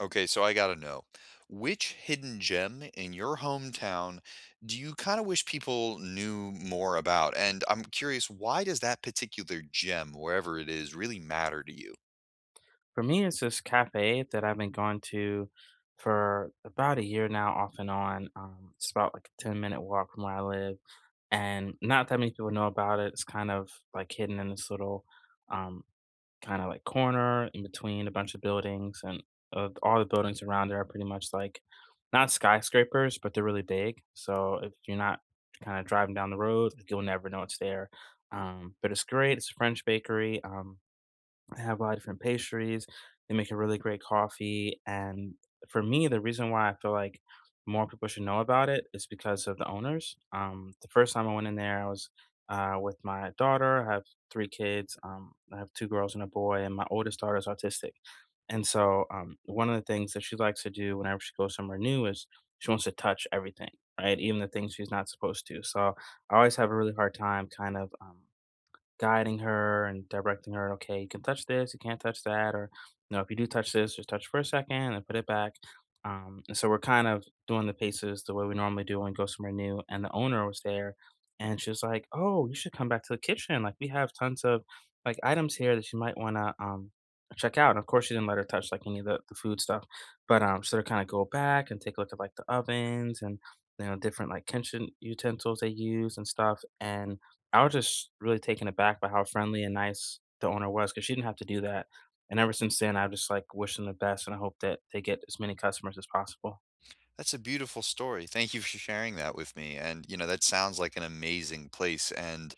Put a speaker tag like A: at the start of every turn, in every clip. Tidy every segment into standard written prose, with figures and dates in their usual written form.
A: Okay, so I gotta know, which hidden gem in your hometown do you kinda wish people knew more about? And I'm curious, why does that particular gem, wherever it is, really matter to you?
B: For me, it's this cafe that I've been going to for about a year now, off and on. It's about like a 10-minute minute walk from where I live. And not that many people know about it. It's kind of like hidden in this little um, kind of like corner in between a bunch of buildings. And all the buildings around there are pretty much like not skyscrapers, but they're really big. So if you're not kind of driving down the road, you'll never know it's there. But it's great. It's a French bakery. They have a lot of different pastries. They make a really great coffee. And for me, the reason why I feel like more people should know about it is because of the owners. The first time I went in there, I was with my daughter. I have three kids. I have two girls and a boy, and my oldest daughter is autistic. And so, one of the things that she likes to do whenever she goes somewhere new is she wants to touch everything, right? Even the things she's not supposed to. So, I always have a really hard time kind of guiding her and directing her, okay, you can touch this, you can't touch that, or you know, if you do touch this, just touch for a second and put it back. And so we're kind of doing the paces the way we normally do when we go somewhere new. And the owner was there, and she was like, "Oh, you should come back to the kitchen. Like we have tons of like items here that you might want to check out." And of course, she didn't let her touch like any of the food stuff, but so they kind of go back and take a look at like the ovens and you know different like kitchen utensils they use and stuff. And I was just really taken aback by how friendly and nice the owner was because she didn't have to do that, and ever since then, I've just, like, wished them the best, and I hope that they get as many customers as possible.
A: That's a beautiful story. Thank you for sharing that with me. And, you know, that sounds like an amazing place. And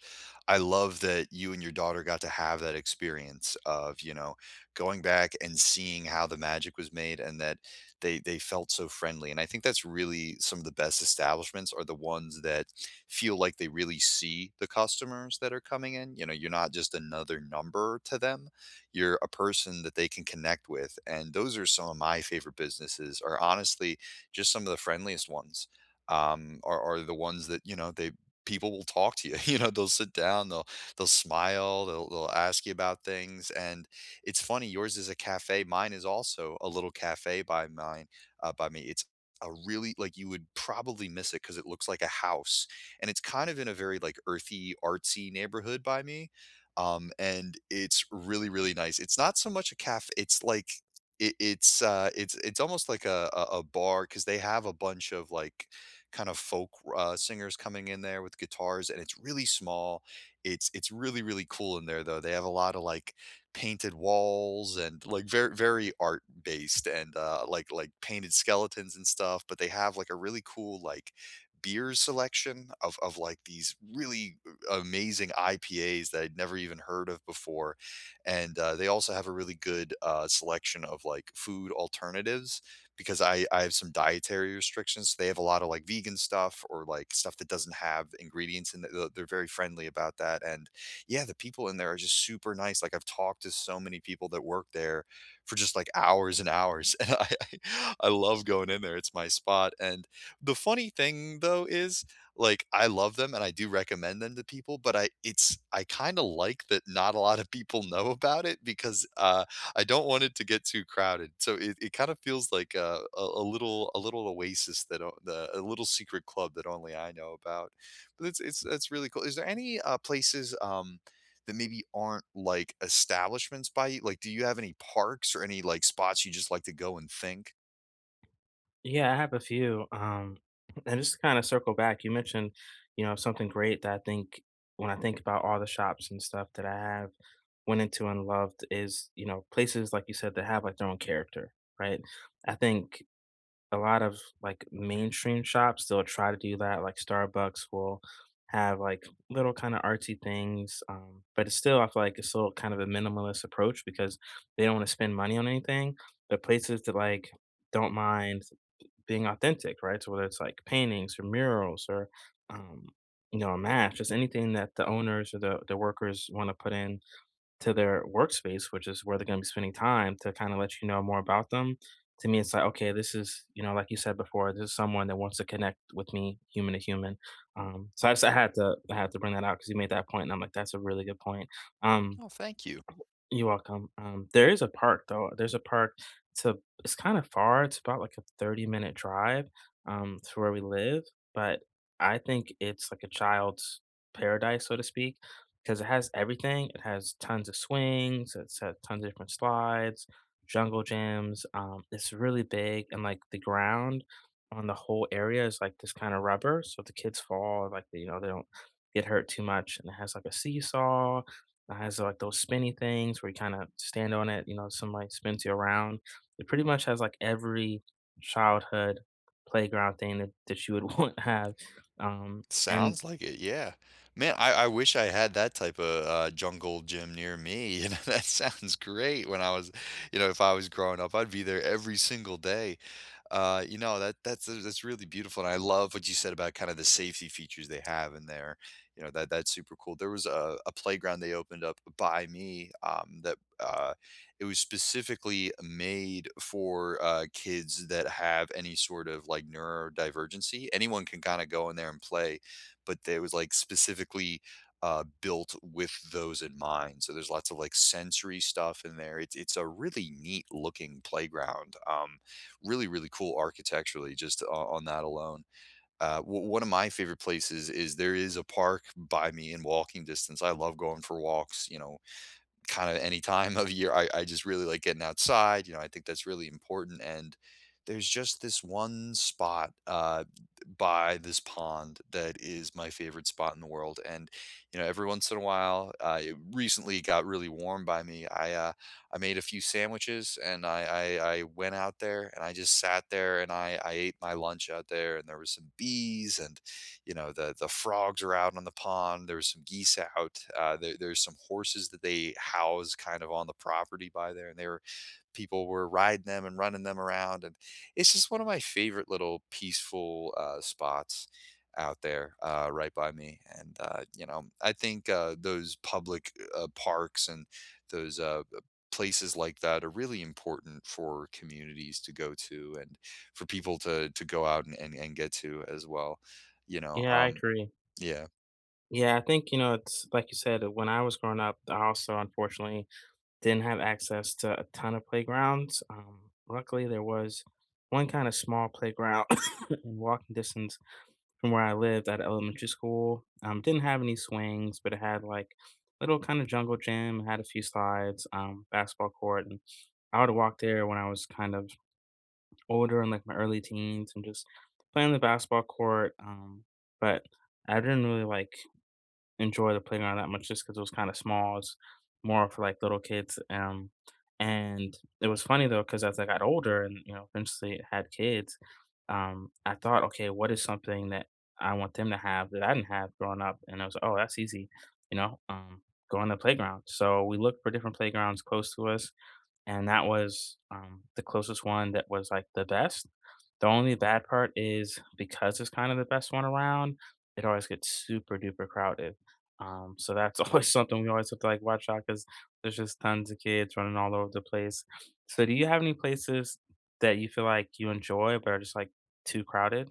A: I love that you and your daughter got to have that experience of, you know, going back and seeing how the magic was made and that they felt so friendly. And I think that's really some of the best establishments are the ones that feel like they really see the customers that are coming in. You know, you're not just another number to them. You're a person that they can connect with. And those are some of my favorite businesses are honestly just some of the friendliest ones are the ones that you know they people will talk to you. You know, they'll sit down, they'll smile, they'll ask you about things, and it's funny. Yours is a cafe, mine is also a little cafe by mine by me. It's a really like you would probably miss it because it looks like a house, and it's kind of in a very like earthy, artsy neighborhood by me. And it's really, really nice. It's not so much a cafe. It's like it's it's almost like a bar, because they have a bunch of, like, kind of folk, singers coming in there with guitars, and it's really small. It's really, really cool in there, though. They have a lot of like, painted walls and, like, very art-based and, painted skeletons and stuff, but they have, like, a really cool, like, beer selection of like, these really, amazing IPAs that I'd never even heard of before, and they also have a really good selection of like food alternatives because I have some dietary restrictions. They have a lot of like vegan stuff or like stuff that doesn't have ingredients in it. They're very friendly about that, and yeah, the people in there are just super nice. Like I've talked to so many people that work there for just like hours and hours, and I love going in there. It's my spot, and the funny thing though is like, I love them and I do recommend them to people, but I kinda like that not a lot of people know about it because, I don't want it to get too crowded. So it kind of feels like a little oasis that o the a little secret club that only I know about. But it's that's really cool. Is there any, places, that maybe aren't, like, establishments by you? Like, do you have any parks or any, like, spots you just like to go and think?
B: Yeah, I have a few, and just kinda circle back, you mentioned, you know, something great that I think when I think about all the shops and stuff that I have went into and loved is, you know, places, like you said, that have, like, their own character, right? I think a lot of like mainstream shops, they'll try to do that. Like Starbucks will have like little kind of artsy things, but it's still, I feel like it's still kind of a minimalist approach because they don't want to spend money on anything. But places that like don't mind being authentic, right? So whether it's like paintings or murals or um, you know, a match, just anything that the owners or the workers want to put in to their workspace, which is where they're gonna be spending time, to kinda let you know more about them. To me, it's like, okay, this is, you know, like you said before, this is someone that wants to connect with me human to human. So I just I had to bring that out because you made that point, and I'm like, that's a really good point. Um,
A: Oh, thank you.
B: you're welcome. There is a park though. There's a park. It's a, it's kind of far. It's about like a 30-minute minute drive to where we live, but I think it's like a child's paradise, so to speak, because it has everything. It has tons of swings, it's had tons of different slides, jungle gyms. It's really big, and like the ground on the whole area is like this kind of rubber. So if the kids fall, like they, you know, they don't get hurt too much. And it has like a seesaw, it has like those spinny things where you kind of stand on it, you know, somebody spins you around. It pretty much has like every childhood playground thing that, that you would want to have. Um, and
A: Sounds like it, yeah. Man, I wish I had that type of, jungle gym near me, you know, that sounds great when I was you know, if I was growing up, I'd be there every single day. You know, that's really beautiful, and I love what you said about kinda the safety features they have in there, you know, that that's super cool. There was a playground they opened up by me, that, it was specifically made for, kids that have any sort of, like, neurodivergency. Anyone can kinda go in there and play but that was, like, specifically, built with those in mind. So there's lots of, like, sensory stuff in there. It's a really neat looking playground. Really, really cool architecturally just o on that alone. O One of my favorite places is there is a park by me in walking distance. I love going for walks, you know, kind of any time of year. I just really like getting outside. You know, I think that's really important. And there's just this one spot by this pond that is my favorite spot in the world. And you know, every once in a while, it recently got really warm by me. I made a few sandwiches and I went out there and I just sat there and I ate my lunch out there and there were some bees and you know the frogs are out on the pond. There's some geese out. There's some horses that they house kind of on the property by there, and they were people were riding them and running them around, and it's just one of my favorite little peaceful spots out there right by me. And you know, I think those public parks and those places like that are really important for communities to go to and for people to go out and, get to as well. You know,
B: Yeah, I agree.
A: yeah.
B: Yeah, I think, you know, it's like you said, when I was growing up, I also unfortunately didn't have access to a ton of playgrounds. Luckily, there was one kind of small playground in walking distance from where I lived at elementary school. Didn't have any swings, but it had like little kind of jungle gym, had a few slides, basketball court, and I would walk there when I was kind of older in like my early teens and just play on the basketball court. But I didn't really like enjoy the playground that much just because it was kinda small, it's more for, like, little kids, and it was funny though because as I got older and, you know, eventually had kids, I thought, "Okay, what is something that I want them to have that I didn't have growing up?" And I was, "Oh, that's easy," you know, "Go on the playground." So we looked for different playgrounds close to us, and that was, the closest one that was, like, the best. The only bad part is because it's kinda the best one around, it always gets super duper crowded. So that's always something we always have to, like, watch out, because there's just tons of kids running all over the place. So do you have any places that you feel like you enjoy but are just, like, too crowded?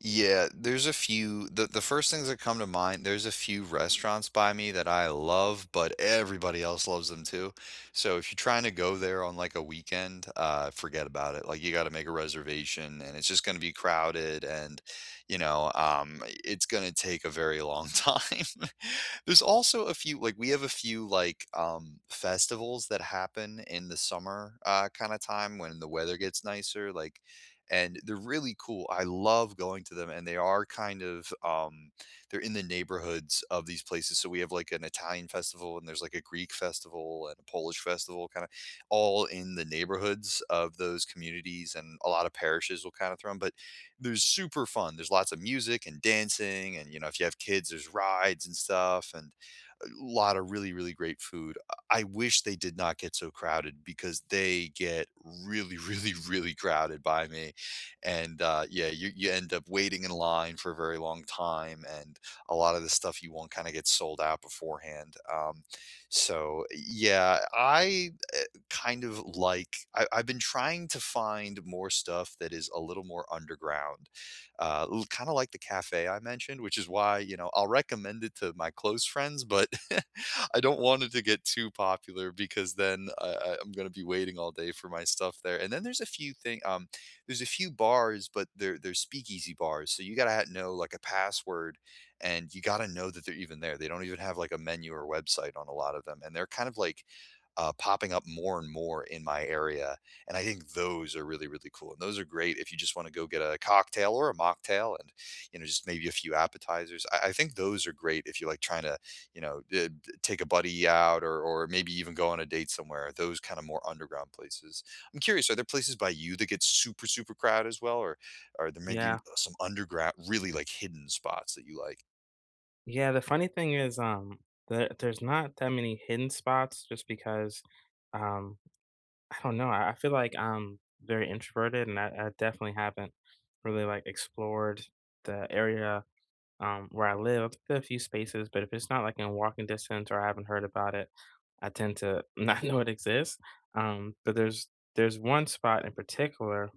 A: Yeah, there's a few the first things that come to mind, there's a few restaurants by me that I love, but everybody else loves them too. So if you're trying to go there on like a weekend, forget about it. Like you got to make a reservation and it's just going to be crowded and you know, it's going to take a very long time. There's also a few like we have a few like festivals that happen in the summer kind of time when the weather gets nicer, like and they're really cool. I love going to them, and they are kind of they're in the neighborhoods of these places. So we have like an Italian festival, and there's like a Greek festival and a Polish festival, kind of all in the neighborhoods of those communities, and a lot of parishes will kind of throw them. But there's super fun. There's lots of music and dancing, and you know if you have kids, there's rides and stuff, and a lot of really really great food. I wish they did not get so crowded because they get really really really crowded by me and yeah, you end up waiting in line for a very long time, and a lot of the stuff you want kind of gets sold out beforehand. So yeah, I kind of like I've been trying to find more stuff that is a little more underground, kind of like the cafe I mentioned, which is why you know I'll recommend it to my close friends, but I don't want it to get too popular because then I'm going to be waiting all day for my stuff there. And then there's a few bars, but they're speakeasy bars, so you gotta ha know, like, a password, and you gotta know that they're even there. They don't even have, like, a menu or website on a lot of them, and they're kind of, like, popping up more and more in my area, and I think those are really, really cool, and those are great if you just wanna go get a cocktail or a mocktail and, you know, just maybe a few appetizers. I think those are great if you're, like, trying to, you know, take a buddy out or maybe even go on a date somewhere, those kinda more underground places. I'm curious, are there places by you that get super, super crowded as well, or are there maybe
B: Yeah.
A: some underground, really like hidden spots that you like?
B: Yeah, the funny thing is, there's not that many hidden spots just because, um I don't know. I feel like I'm very introverted, and I definitely haven't really like explored the area, where I live. I've been to a few spaces, but if it's not like in walking distance or I haven't heard about it, I tend to not know it exists. But there's one spot in particular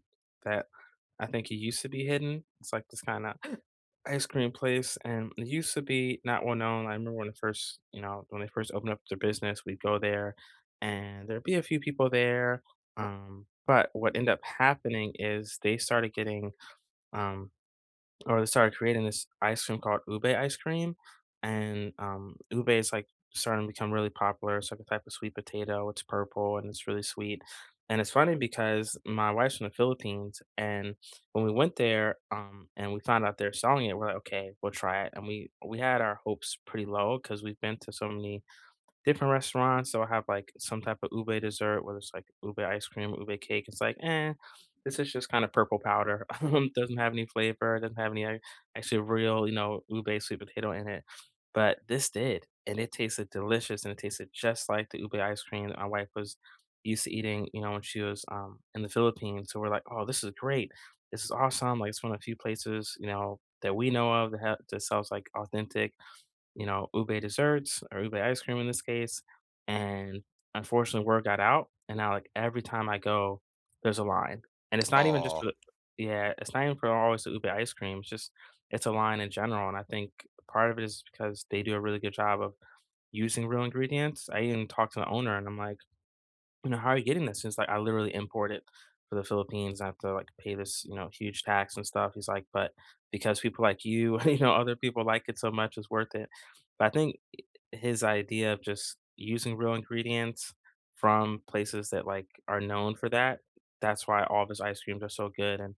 B: that I think it used to be hidden. It's like this kind of ice cream place, and it used to be not well known. I remember when the first, you know, when they first opened up their business, we'd go there, and there'd be a few people there. But what ended up happening is they started getting um, or they started creating this ice cream called ube ice cream, and ube is like starting to become really popular. It's like a type of sweet potato. It's purple and it's really sweet. And it's funny because my wife's from the Philippines, and when we went there, and we found out they're selling it, we're like, okay, we'll try it. And we had our hopes pretty low because we've been to so many different restaurants. So I have like some type of ube dessert, whether it's like ube ice cream, ube cake. It's like, eh, this is just kind of purple powder. Doesn't have any flavor. Doesn't have any actually real, you know, ube sweet potato in it. But this did, and it tasted delicious, and it tasted just like the ube ice cream that my wife was used to eating, you know, when she was in the Philippines. So we're like, oh, this is great. This is awesome. Like it's one of the few places, you know, that we know of that, that sells like authentic, you know, ube desserts or ube ice cream in this case. And unfortunately, word got out, and now like every time I go, there's a line, and it's not even just for
A: Oh,
B: the, yeah, it's not even for always the ube ice cream. It's just, it's a line in general, and I think part of it is because they do a really good job of using real ingredients. I even talked to the owner, and I'm like, you know, how are you getting this? He's like, I literally import it for the Philippines. I have to like pay this, you know, huge tax and stuff. He's like, but because people like you, you know, other people like it so much, it's worth it. But I think his idea of just using real ingredients from places that like are known for that, that's why all of his ice creams are so good. And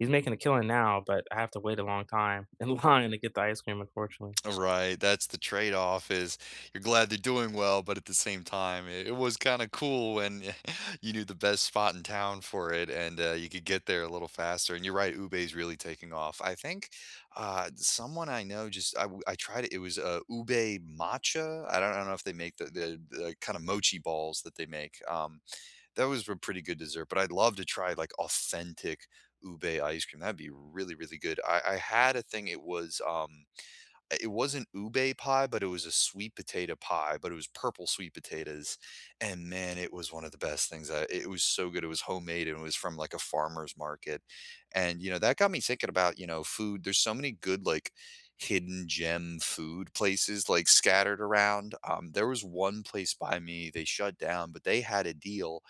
B: he's making a killing now, but I have to wait a long time in line to get the ice cream, unfortunately.
A: right. That's the trade-off is you're glad they're doing well, but at the same time, it was kind of cool when you knew the best spot in town for it, and you could get there a little faster. And you're right, Ube's really taking off. I think someone I know just I tried it. It was Ube matcha. I don't know if they make the kind of mochi balls that they make. That was a pretty good dessert, but I'd love to try, like, authentic ube ice cream. That'd be really, really good. I had a thing, it was, it wasn't ube pie, but it was a sweet potato pie, but it was purple sweet potatoes. And man, it was one of the best things. It was so good. It was homemade and it was from like a farmer's market. And, you know, that got me thinking about, you know, food. There's so many good, like, hidden gem food places like scattered around. There was one place by me, they shut down, but they had a deal.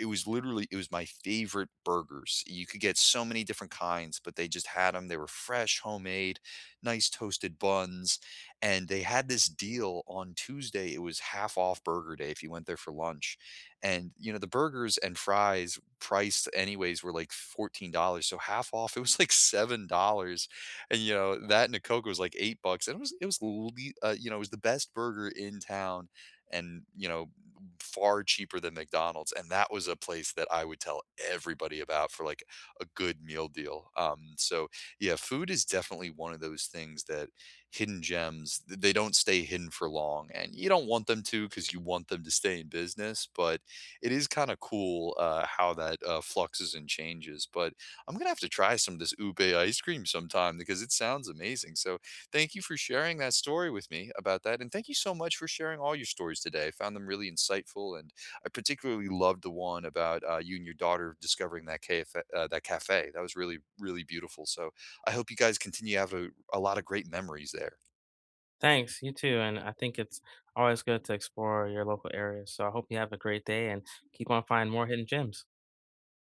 A: It was literally it was my favorite burgers. You could get so many different kinds, but they just had them. They were fresh, homemade nice toasted buns. And they had this deal on Tuesday. It was half off burger day if you went there for lunch. And, you know, the burgers and fries priced anyways were like $14. So half off, it was like $7. And, you know, that and a Coke was like $8. And you know, it was the best burger in town and, you know, far cheaper than McDonald's. And that was a place that I would tell everybody about for like a good meal deal. So yeah, food is definitely one of those things that they don't stay hidden for long. And you don't want them to because you want them to stay in business. But it is kind of cool how that fluxes and changes. But I'm going to have to try some of this ube ice cream sometime because it sounds amazing. So thank you for sharing that story with me about that. And thank you so much for sharing all your stories today. I found them really insightful. And I particularly loved the one about you and your daughter discovering that cafe. That was really, really beautiful. So I hope you guys continue to have a lot of great memories there.
B: Thanks, you too. And I think it's always good to explore your local areas. So I hope you have a great day and keep on finding more hidden gems.